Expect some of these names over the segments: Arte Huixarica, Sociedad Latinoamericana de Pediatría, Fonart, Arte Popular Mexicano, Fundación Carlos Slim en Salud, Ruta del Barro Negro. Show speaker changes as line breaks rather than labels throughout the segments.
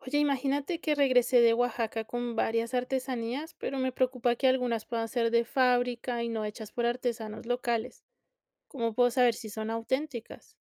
Oye, imagínate que regresé de Oaxaca con varias artesanías, pero me preocupa que algunas puedan ser de fábrica y no hechas por artesanos locales. ¿Cómo puedo saber si son auténticas?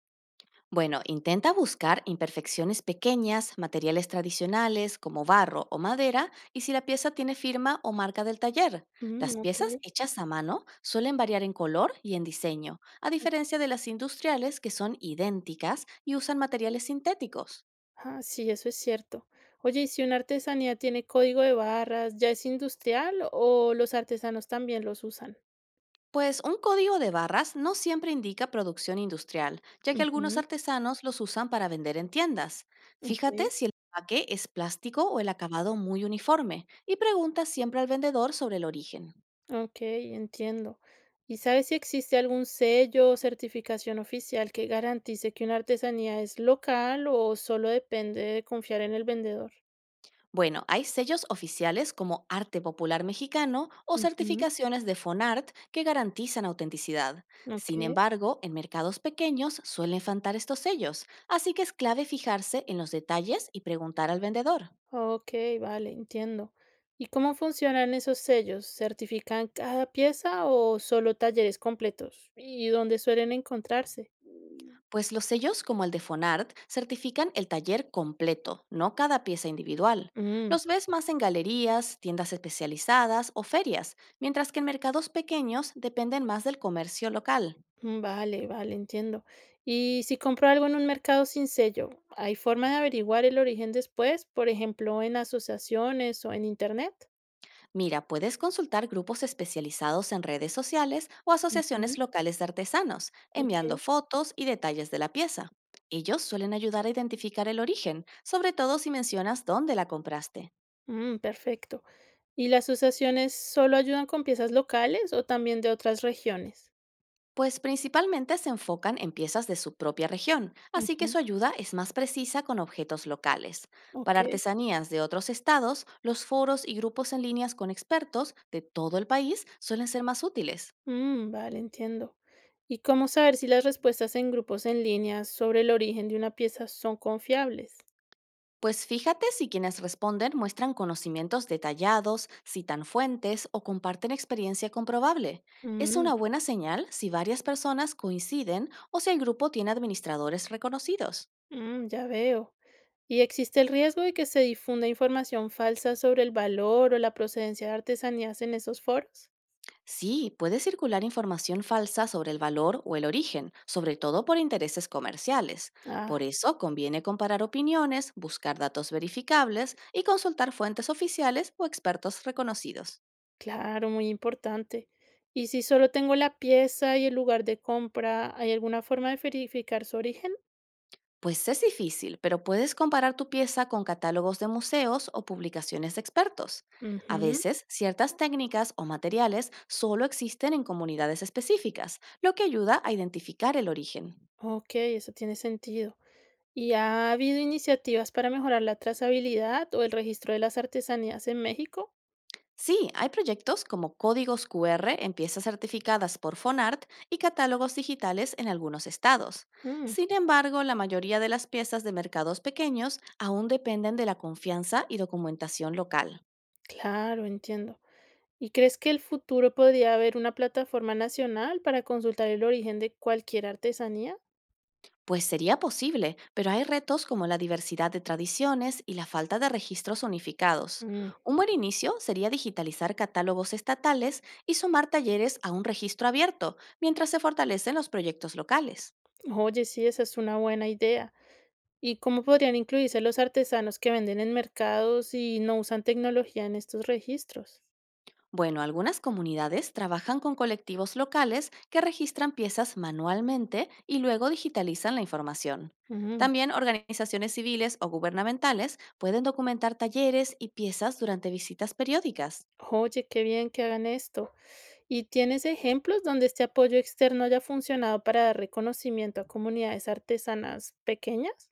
Bueno, intenta buscar imperfecciones pequeñas, materiales tradicionales como barro o madera y si la pieza tiene firma o marca del taller. Las
Mm, ok.
piezas hechas a mano suelen variar en color y en diseño, a diferencia de las industriales que son idénticas y usan materiales sintéticos.
Ah, sí, eso es cierto. Oye, ¿y si una artesanía tiene código de barras, ya es industrial o los artesanos también los usan?
Pues un código de barras no siempre indica producción industrial, ya que algunos
Ujú,
artesanos los usan para vender en tiendas. Fíjate
ok.
si el empaque es plástico o el acabado muy uniforme y pregunta siempre al vendedor sobre el origen.
Okey, entiendo. ¿Y sabes si existe algún sello o certificación oficial que garantice que una artesanía es local o solo depende de confiar en el vendedor?
Bueno, hay sellos oficiales como Arte Popular Mexicano o
Ujú.
certificaciones de Fonart que garantizan autenticidad. Sin
Okey,
embargo, en mercados pequeños suelen faltar estos sellos, así que es clave fijarse en los detalles y preguntar al vendedor.
okey, vale, entiendo. ¿Y cómo funcionan esos sellos? ¿Certifican cada pieza o solo talleres completos? ¿Y dónde suelen encontrarse?
Pues los sellos como el de Fonart certifican el taller completo, no cada pieza individual.
Mm.
Los ves más en galerías, tiendas especializadas o ferias, mientras que en mercados pequeños dependen más del comercio local.
Mm, vale, vale, entiendo. Y si compro algo en un mercado sin sello, ¿hay forma de averiguar el origen después? Por ejemplo, en asociaciones o en internet.
Mira, puedes consultar grupos especializados en redes sociales o asociaciones
Ujú.
locales de artesanos,
Ok,
enviando fotos y detalles de la pieza. Ellos suelen ayudar a identificar el origen, sobre todo si mencionas dónde la compraste.
mm, perfecto. ¿Y las asociaciones solo ayudan con piezas locales o también de otras regiones?
Pues principalmente se enfocan en piezas de su propia región, así que su
Ujú.
ayuda es más precisa con objetos locales. Para
Ok,
artesanías de otros estados, los foros y grupos en líneas con expertos de todo el país suelen ser más útiles.
mm, vale, entiendo. ¿Y cómo saber si las respuestas en grupos en línea sobre el origen de una pieza son confiables?
Pues fíjate si quienes responden muestran conocimientos detallados, citan fuentes o comparten experiencia comprobable. Es
Mm,
una buena señal si varias personas coinciden o si el grupo tiene administradores reconocidos.
mm, ya veo. Y existe el riesgo de que se difunda información falsa sobre el valor o la procedencia de artesanías en esos foros.
Sí, puede circular información falsa sobre el valor o el origen, sobre todo por intereses comerciales.
Ah,
Por eso conviene comparar opiniones, buscar datos verificables y consultar fuentes oficiales o expertos reconocidos.
claro, muy importante. Y si solo tengo la pieza y el lugar de compra, ¿hay alguna forma de verificar su origen?
Pues es difícil, pero puedes comparar tu pieza con catálogos de museos o publicaciones de expertos. A
Ujú,
veces, ciertas técnicas o materiales solo existen en comunidades específicas, lo que ayuda a identificar el origen.
ok, eso tiene sentido. ¿Y ha habido iniciativas para mejorar la trazabilidad o el registro de las artesanías en México?
Sí, hay proyectos como códigos QR en piezas certificadas por Fonart y catálogos digitales en algunos estados.
Mm,
Sin embargo, la mayoría de las piezas de mercados pequeños aún dependen de la confianza y documentación local.
claro, entiendo. ¿Y crees que el futuro podría haber una plataforma nacional para consultar el origen de cualquier artesanía?
Pues sería posible, pero hay retos como la diversidad de tradiciones y la falta de registros unificados.
Mm,
Un buen inicio sería digitalizar catálogos estatales y sumar talleres a un registro abierto, mientras se fortalecen los proyectos locales.
oye, sí, esa es una buena idea. ¿Y cómo podrían incluirse los artesanos que venden en mercados y no usan tecnología en estos registros?
Bueno, algunas comunidades trabajan con colectivos locales que registran piezas manualmente y luego digitalizan la información.
Mm,
También organizaciones civiles o gubernamentales pueden documentar talleres y piezas durante visitas periódicas.
oye, qué bien que hagan esto. ¿Y tienes ejemplos donde este apoyo externo haya funcionado para dar reconocimiento a comunidades artesanas pequeñas?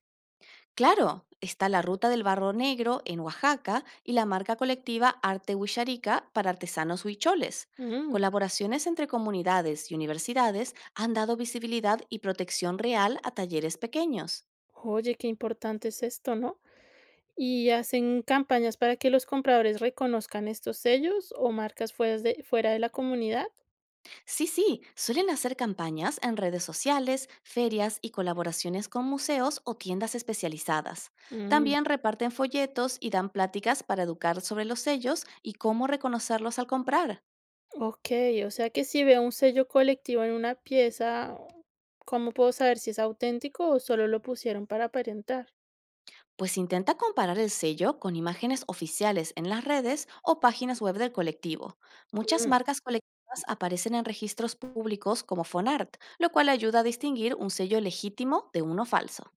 Claro, está la Ruta del Barro Negro en Oaxaca y la marca colectiva Arte Huixarica para artesanos huicholes.
Mm,
Colaboraciones entre comunidades y universidades han dado visibilidad y protección real a talleres pequeños.
oye, qué importante es esto, ¿no? ¿Y hacen campañas para que los compradores reconozcan estos sellos o marcas fuera de la comunidad?
Sí, suelen hacer campañas en redes sociales, ferias y colaboraciones con museos o tiendas especializadas.
Mm,
También reparten folletos y dan pláticas para educar sobre los sellos y cómo reconocerlos al comprar.
okey, o sea que si veo un sello colectivo en una pieza, ¿cómo puedo saber si es auténtico o solo lo pusieron para aparentar?
Pues intenta comparar el sello con imágenes oficiales en las redes o páginas web del colectivo. Muchas
Mm,
marcas colectivas aparecen en registros públicos como Fonart, lo cual ayuda a distinguir un sello legítimo de uno falso.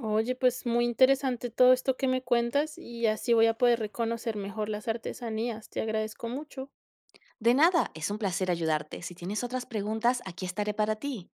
oye, pues muy interesante todo esto que me cuentas y así voy a poder reconocer mejor las artesanías. Te agradezco mucho.
De nada, es un placer ayudarte. Si tienes otras preguntas, aquí estaré para ti.